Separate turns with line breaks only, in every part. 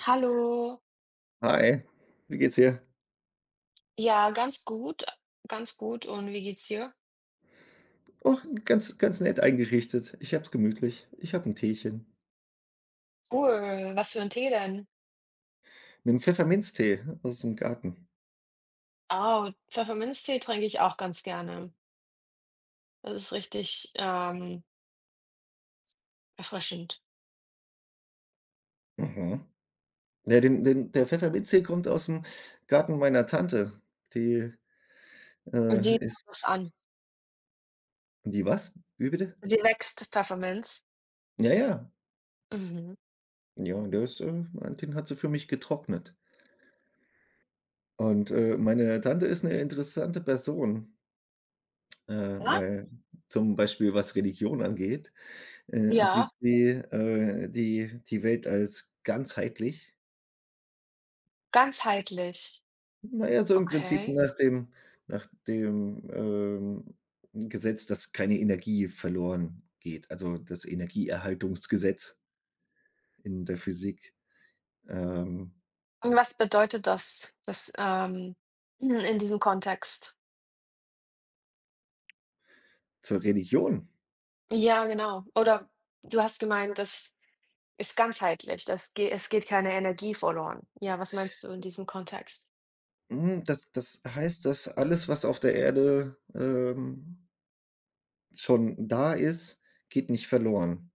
Hallo.
Hi, wie geht's dir?
Ja, ganz gut, ganz gut. Und wie geht's dir?
Och, ganz ganz nett eingerichtet. Ich hab's gemütlich. Ich hab ein Teechen,
Cool. Was für ein Tee denn?
einen Pfefferminztee aus dem Garten.
Oh, Pfefferminztee trinke ich auch ganz gerne. Das ist richtig, erfrischend.
Mhm. Ja, den der Pfefferminztee kommt aus dem Garten meiner Tante. Die,
Wie das
ist
an?
die was? Wie bitte?
Sie wächst, Pfefferminz?
Ja, ja.
Mhm.
Ja, der ist, den hat sie für mich getrocknet. Und, meine Tante ist eine interessante Person,
Ja?
weil zum Beispiel, was Religion angeht, sieht
Ja,
sie, die Welt als ganzheitlich.
ganzheitlich.
Na ja, so im Prinzip
Okay.
nach dem nach dem Gesetz, dass keine Energie verloren geht, also das Energieerhaltungsgesetz in der Physik. Ähm,
Und was bedeutet das, in diesem Kontext?
zur Religion.
Ja, genau. Oder du hast gemeint, dass ist ganzheitlich, das ge es geht keine Energie verloren. Ja, was meinst du in diesem Kontext?
Hm, das heißt, dass alles, was auf der Erde, schon da ist, geht nicht verloren.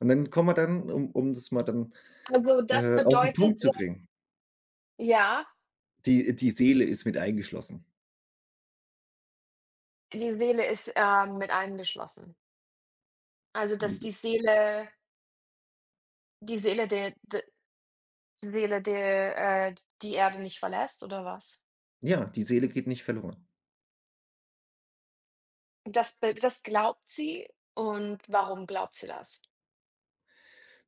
Und dann kommen wir dann, um das mal dann,
Also, das
auf den Punkt
bedeutet
zu
ja,
bringen.
ja,
Die Seele ist mit eingeschlossen.
die Seele ist, mit eingeschlossen. Also, dass
Und
die Seele der d Seele der die Erde nicht verlässt oder was?
ja, die Seele geht nicht verloren.
Das glaubt sie, und warum glaubt sie das?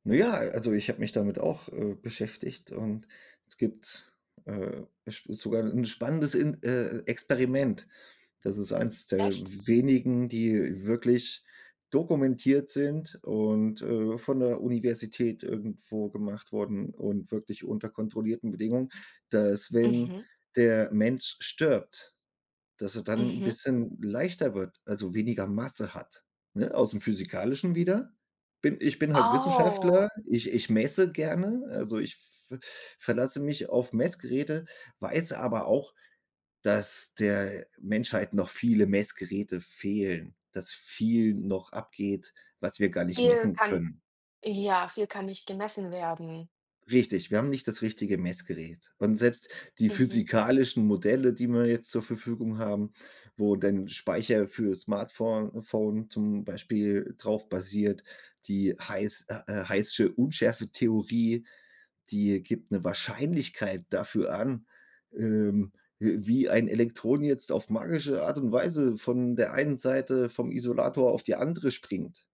Na ja, also ich habe mich damit auch, beschäftigt, und es gibt, sp sogar 'n spannendes in Experiment. Das ist eins der
Echt?
wenigen, die wirklich dokumentiert sind und, von der Universität irgendwo gemacht wurden, und wirklich unter kontrollierten Bedingungen, dass, wenn
Mhm,
der Mensch stirbt, dass er dann ein
mhm.
bisschen leichter wird, also weniger Masse hat, ne? Aus dem Physikalischen wieder. Bin ich bin halt Wissenschaftler,
Oh,
ich messe gerne, also ich v verlasse mich auf Messgeräte, weiß aber auch, dass der Menschheit noch viele Messgeräte fehlen, dass viel noch abgeht, was wir gar nicht
viel
messen
kann,
können.
ja, viel kann nicht gemessen werden.
Richtig, wir haben nicht das richtige Messgerät. Und selbst die
Mhm.
physikalischen Modelle, die wir jetzt zur Verfügung haben, wo dann Speicher für Smartphone Phone zum Beispiel drauf basiert, die Heißsche Unschärfetheorie, die gibt eine Wahrscheinlichkeit dafür an, ähm, wie ein Elektron jetzt auf magische Art und Weise von der einen Seite vom Isolator auf die andere springt.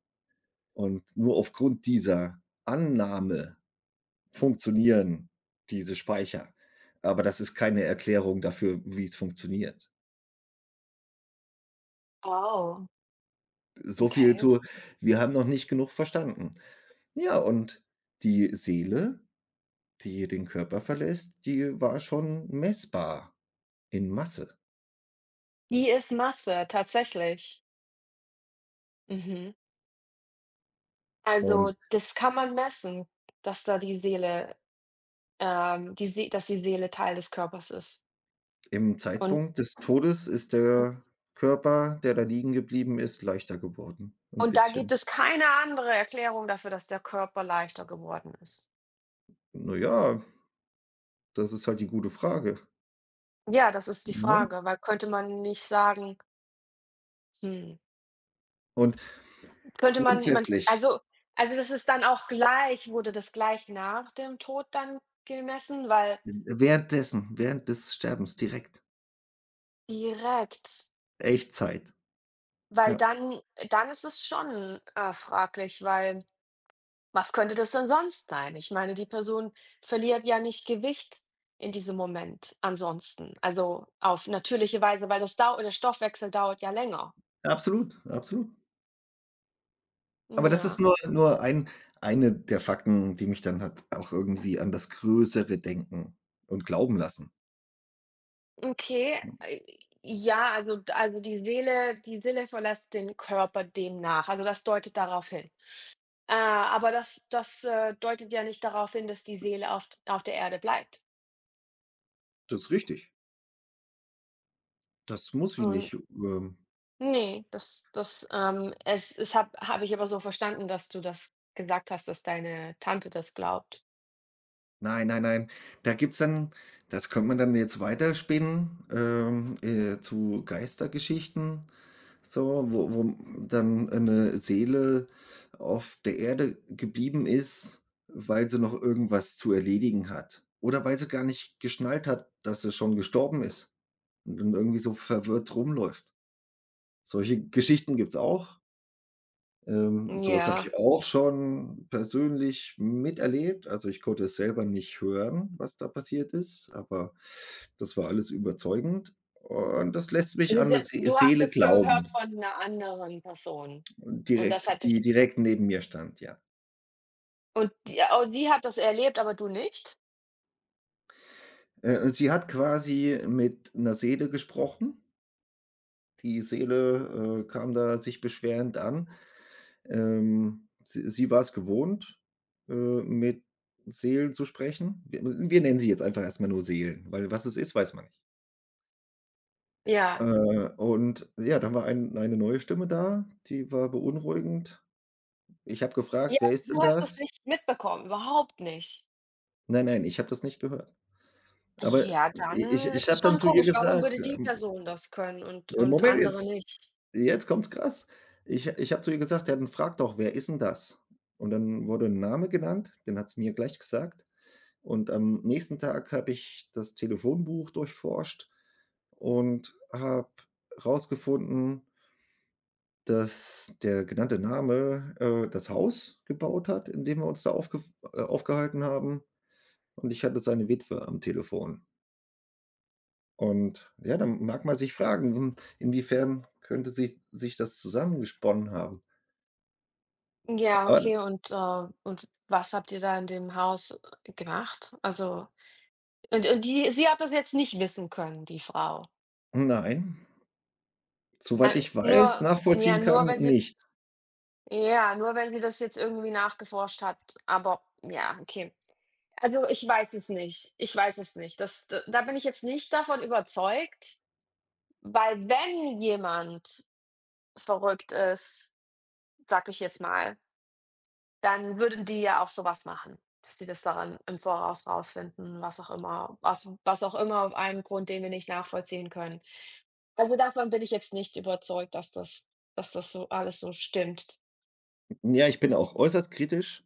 Und nur aufgrund dieser Annahme funktionieren diese Speicher. Aber das ist keine Erklärung dafür, wie es funktioniert.
Oh,
So viel
okay.
zu: Wir haben noch nicht genug verstanden. Ja, und die Seele, die den Körper verlässt, die war schon messbar in Masse.
Die ist Masse, tatsächlich. Mhm.
Und
Also, das kann man messen, dass da die Seele, die See dass die Seele Teil des Körpers ist.
im
Und
Zeitpunkt des Todes ist der Körper, der da liegen geblieben ist, leichter geworden, ein
und da gibt
bisschen.
es keine andere Erklärung dafür, dass der Körper leichter geworden ist.
Na ja, das ist halt die gute Frage,
Ja, das ist die
ne?
Frage, weil könnte man nicht sagen? Hm.
Und
Könnte man, man,
grundsätzlich
also, das ist dann auch gleich, wurde das gleich nach dem Tod dann gemessen, weil
währenddessen, während des Sterbens, direkt.
direkt,
Echtzeit.
weil
Ja,
dann, dann ist es schon, fraglich, weil was könnte das denn sonst sein? Ich meine, die Person verliert ja nicht Gewicht in diesem Moment ansonsten, also auf natürliche Weise, weil das dau der Stoffwechsel dauert ja länger.
absolut, absolut. Aber das ist
Ja,
nur eine der Fakten, die mich dann halt auch irgendwie an das Größere denken und glauben lassen.
okay. Ja, also die Seele verlässt den Körper demnach, also das deutet darauf hin. Aber das deutet ja nicht darauf hin, dass die Seele auf der Erde bleibt,
Das ist richtig. Das muss ich
und
nicht,
ne, es es habe ich aber so verstanden, dass du das gesagt hast, dass deine Tante das glaubt.
nein, nein, nein. Da gibt's dann das könnte man dann jetzt weiterspinnen, zu Geistergeschichten, so, wo dann eine Seele auf der Erde geblieben ist, weil sie noch irgendwas zu erledigen hat. Oder weil sie gar nicht geschnallt hat, dass sie schon gestorben ist und dann irgendwie so verwirrt rumläuft. Solche Geschichten gibt's auch. So was habe ich
Ja.
auch schon persönlich miterlebt. Also, ich konnte es selber nicht hören, was da passiert ist, aber das war alles überzeugend, und das lässt mich
Also,
an 'ne
d du hast
Seele
es gehört
glauben,
von einer anderen Person, und das
direkt
hat dich
die direkt neben mir stand, ja.
und die, oh, die hat das erlebt, aber du nicht?
Sie hat quasi mit 'ner Seele gesprochen. Die Seele, kam da sich beschwerend an. Sie war es gewohnt, mit Seelen zu sprechen. Wir nennen sie jetzt einfach erst mal nur Seelen, weil was es ist, weiß man nicht.
Ja.
Und ja, dann war eine neue Stimme da, die war beunruhigend. Ich habe
Ja,
gefragt: „Wer ist denn
du hast das
das?“
nicht mitbekommen, überhaupt nicht.
Nein, nein, ich habe das nicht gehört. Aber
Ja,
i ich
dann
ich
ist es
habe
schon
dann zu ihr
komisch. Warum
gesagt,
würde die Person das können und
Moment,
andere nicht?
jetzt kommt's krass. Ich habe zu ihr gesagt: „Ja, dann frag doch, wer ist 'n das?“ Und dann wurde 'n Name genannt, den hat sie mir gleich gesagt. Und am nächsten Tag habe ich das Telefonbuch durchforscht und habe herausgefunden, dass der genannte Name, das Haus gebaut hat, in dem wir uns da aufgef aufgehalten haben, und ich hatte seine Witwe am Telefon. Und ja, dann mag man sich fragen, hm, inwiefern könnte sich das zusammengesponnen haben?
Ja,
Aber
okay, und was habt ihr da in dem Haus, gemacht? Also, und die, sie hat das jetzt nicht wissen können, die Frau.
nein, soweit ich weiß,
Nur, ja,
nachvollziehen kann,
nur wenn sie,
nicht.
ja, nur wenn sie das jetzt irgendwie nachgeforscht hat, aber ja, okay. Also, ich weiß es nicht. Ich weiß es nicht. Das d Da bin ich jetzt nicht davon überzeugt, weil wenn jemand verrückt ist, sage ich jetzt mal, dann würden die ja auch so was machen, dass die das daran im Voraus rausfinden, was auch immer, aus was auch immer, auf einen Grund, den wir nicht nachvollziehen können. Also, davon bin ich jetzt nicht überzeugt, dass das so alles so stimmt.
Ja, ich bin auch äußerst kritisch.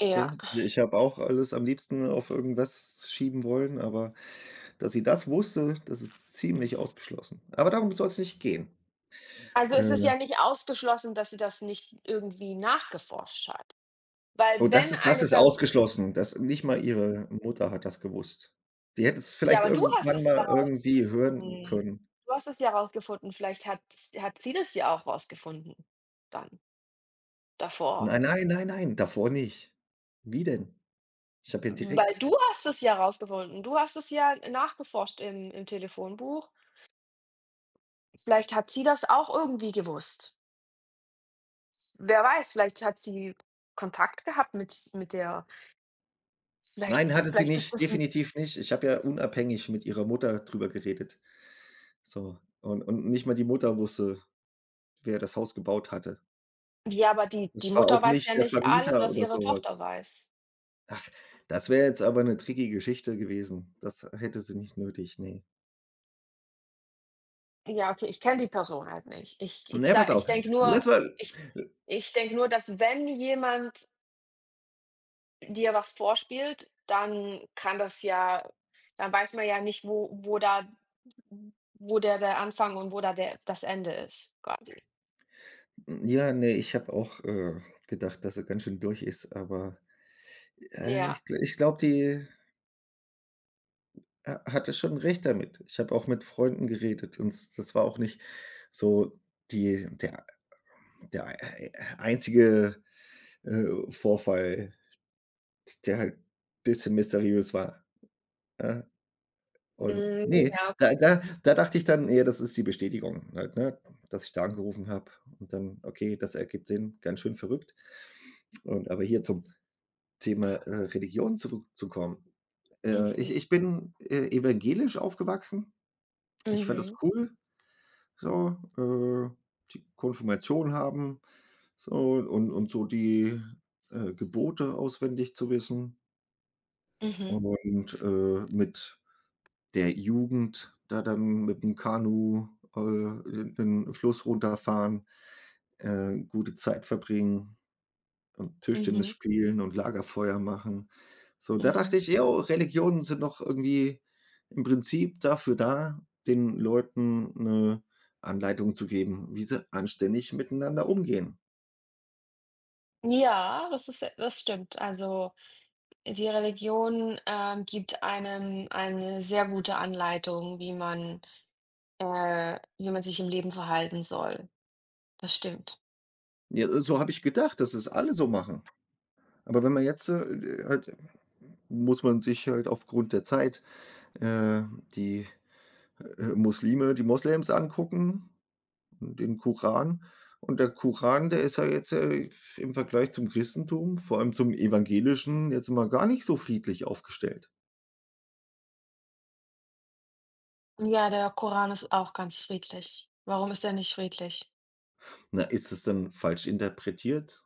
Ja.
So, i ich habe auch alles am liebsten auf irgendwas schieben wollen, aber dass sie das wusste, das ist ziemlich ausgeschlossen. Aber darum soll es nicht gehen.
Also, es ist
Äh,
ja nicht ausgeschlossen, dass sie das nicht irgendwie nachgeforscht hat.
oh,
Weil wenn
das
eine
ist
Person,
ausgeschlossen, dass nicht mal ihre Mutter hat das gewusst. Die hätte es
ja,
vielleicht
aber du hast
irgendwann
es ja
mal irgendwie hören
rausgefunden.
können.
Du hast es ja rausgefunden, vielleicht hat, hat sie das ja auch rausgefunden, dann davor.
Nein, nein, nein, nein, davor nicht. Wie denn? Ich habe ja
Weil
direkt
du hast es ja rausgefunden. Du hast es ja nachgeforscht im im Telefonbuch. Vielleicht hat sie das auch irgendwie gewusst. Wer weiß, vielleicht hat sie Kontakt gehabt mit der, vielleicht
nein, hatte sie
vielleicht ist
nicht,
das 'n,
definitiv nicht. Ich habe ja unabhängig mit ihrer Mutter drüber geredet. So, und nicht mal die Mutter wusste, wer das Haus gebaut hatte.
ja, aber die
Es
die
war
Mutter
auch
weiß
nicht
ja
der
nicht alles,
Vermieter
was
oder
ihre
so
Tochter
was.
weiß.
Ach, das wäre jetzt aber 'ne tricky Geschichte gewesen. Das hätte sie nicht nötig, ne.
Ja, okay, ich kenne die Person halt nicht.
Na ja, pass auf.
Ich denke nur,
Lass mal
ich ich denke nur, dass wenn jemand dir was vorspielt, dann kann das ja, dann weiß man ja nicht, wo wo da, wo der der Anfang und wo da der das Ende ist quasi.
ja, ne, ich habe auch, gedacht, dass sie ganz schön durch ist, aber,
Ja.
ich glaube, die ha hatte schon recht damit. Ich habe auch mit Freunden geredet, und s das war auch nicht so die der der ei einzige, Vorfall, der halt bisschen mysteriös war, ja? Und
Hm,
nee,
ja,
da dachte ich dann: „Ja, das ist die Bestätigung halt, ne, dass ich da angerufen habe.“ Und dann: „Okay, das ergibt Sinn, ganz schön verrückt.“ Und aber hier, zum Thema, Religion, zurückzukommen.
okay.
Ich bin, evangelisch aufgewachsen. Ich fand das
Mhm,
cool, so, die Konfirmation haben, so, und so die, Gebote auswendig zu wissen,
mhm,
und, mit der Jugend da dann mit dem Kanu, den Fluss runterfahren, gute Zeit verbringen und
mhm,
Tischtennis
mhm,
spielen und Lagerfeuer machen. So, da
mhm.
dachte ich: „Jo, Religionen sind doch irgendwie im Prinzip dafür da, den Leuten 'ne Anleitung zu geben, wie sie anständig miteinander umgehen.“
Ja, das ist, das stimmt. Also, die Religion, gibt einem eine sehr gute Anleitung, wie man, wie man sich im Leben verhalten soll. Das stimmt.
Ja, so habe ich gedacht, dass es alle so machen. Aber wenn man jetzt, halt muss man sich halt, aufgrund der Zeit, äh, die Muslime, die Moslems angucken, den Koran. Und der Koran, der ist ja jetzt, im Vergleich zum Christentum, vor allem zum Evangelischen, jetzt mal gar nicht so friedlich aufgestellt.
Ja, der Koran ist auch ganz friedlich. Warum ist er nicht friedlich?
Na, ist es denn falsch interpretiert?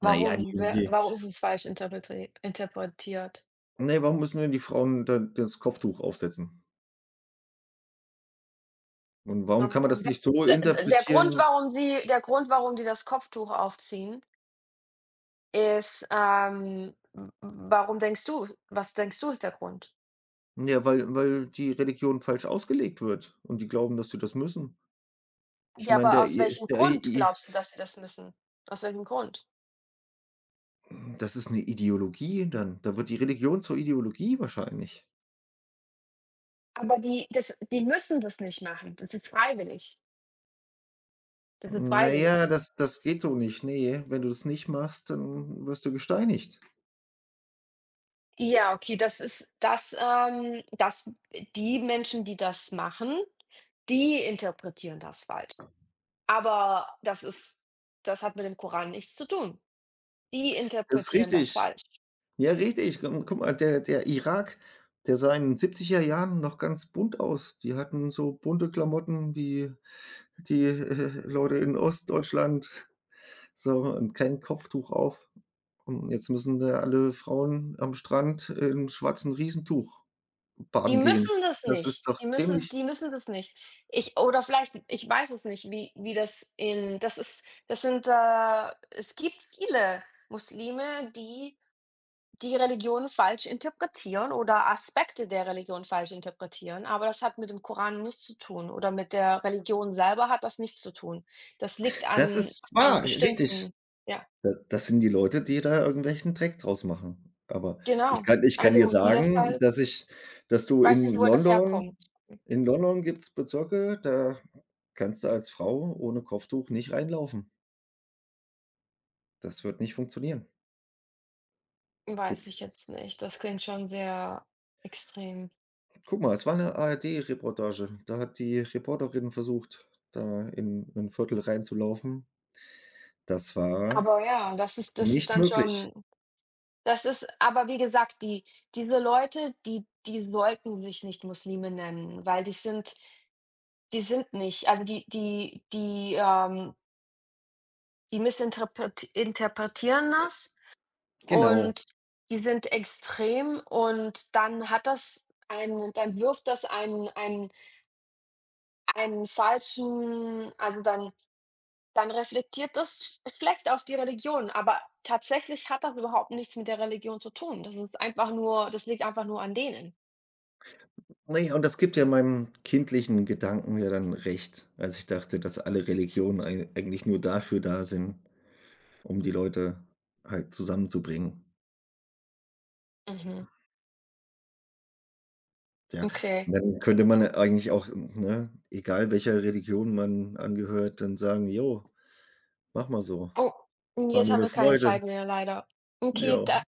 Na ja, die
Warum? Wer,
die
warum ist es falsch interpretiert?
ne, warum müssen denn die Frauen da das Kopftuch aufsetzen? Und warum kann man das nicht so
Der Grund,
interpretieren?
warum die, der Grund, warum die das Kopftuch aufziehen, ist, w- warum denkst du, was denkst du ist der Grund?
Ja, weil die Religion falsch ausgelegt wird und die glauben, dass sie das müssen. Ich
Ja,
meine,
aber aus welchem
der
Grund
i
glaubst du, dass sie das müssen? Aus welchem Grund?
Das ist 'ne Ideologie dann. Da wird die Religion zur Ideologie wahrscheinlich.
Aber die, das, die müssen das nicht machen. Das ist freiwillig. Das ist
Na ja,
freiwillig.
das geht so nicht. Ne, wenn du das nicht machst, dann wirst du gesteinigt.
Ja, okay, das ist das, das, die Menschen, die das machen, die interpretieren das falsch. Aber das ist, das hat mit dem Koran nichts zu tun. Die
Das ist
interpretieren das
richtig.
falsch.
Ja, richtig. Gu Guck mal, der Irak, der sah in den 70er Jahren noch ganz bunt aus. Die hatten so bunte Klamotten wie die, Leute in Ostdeutschland, so, und kein Kopftuch auf. Und jetzt müssen da alle Frauen am Strand im schwarzen Riesentuch
Die
baden gehen.
müssen das
Das ist
nicht.
doch
Die müssen
dämlich.
die müssen das nicht. Ich oder vielleicht, ich weiß es nicht, wie wie das in, das ist, das sind, es gibt viele Muslime, die die Religion falsch interpretieren oder Aspekte der Religion falsch interpretieren, aber das hat mit dem Koran nichts zu tun oder mit der Religion selber hat das nichts zu tun. Das liegt
Das
an
ist
an
wahr, richtig.
bestimmten, ja,
Da, das sind die Leute, die da irgendwelchen Dreck draus machen. Aber
genau.
ich kann dir
Also, die das
sagen,
halt,
dass ich dass
ich
du
weiß nicht,
in
wo das
London,
herkommt.
in London gibt's Bezirke, da kannst du als Frau ohne Kopftuch nicht reinlaufen. Das wird nicht funktionieren.
Hm, weiß ich jetzt nicht.
Gibt's
Das klingt schon sehr extrem.
guck mal, es war 'ne ARD-Reportage. Da hat die Reporterin versucht, da in 'nen Viertel reinzulaufen. Das war
Aber ja, das ist, das ist
nicht
dann
möglich.
schon, das ist aber wie gesagt, die, diese Leute, die die sollten sich nicht Muslime nennen, weil die sind, die sind nicht. Also, die die missinterpret das,
Genau.
und die sind extrem und dann hat das einen, dann wirft das einen, einen, einen falschen, also, dann, dann reflektiert das schlecht auf die Religion, aber tatsächlich hat das überhaupt nichts mit der Religion zu tun. Das ist einfach nur, das liegt einfach nur an denen.
Naja, und das gibt ja meinem kindlichen Gedanken ja dann recht, als ich dachte, dass alle Religionen ei eigentlich nur dafür da sind, um die Leute halt zusammenzubringen.
Mhm,
Ja,
okay.
und dann könnte man eigentlich auch, ne, egal welcher Religion man angehört, dann sagen: „Jo, mach mal so.
Oh,
War
jetzt
mir
haben
eine
wir keine
Freude.
Zeit mehr leider. Okay, da
Ja.“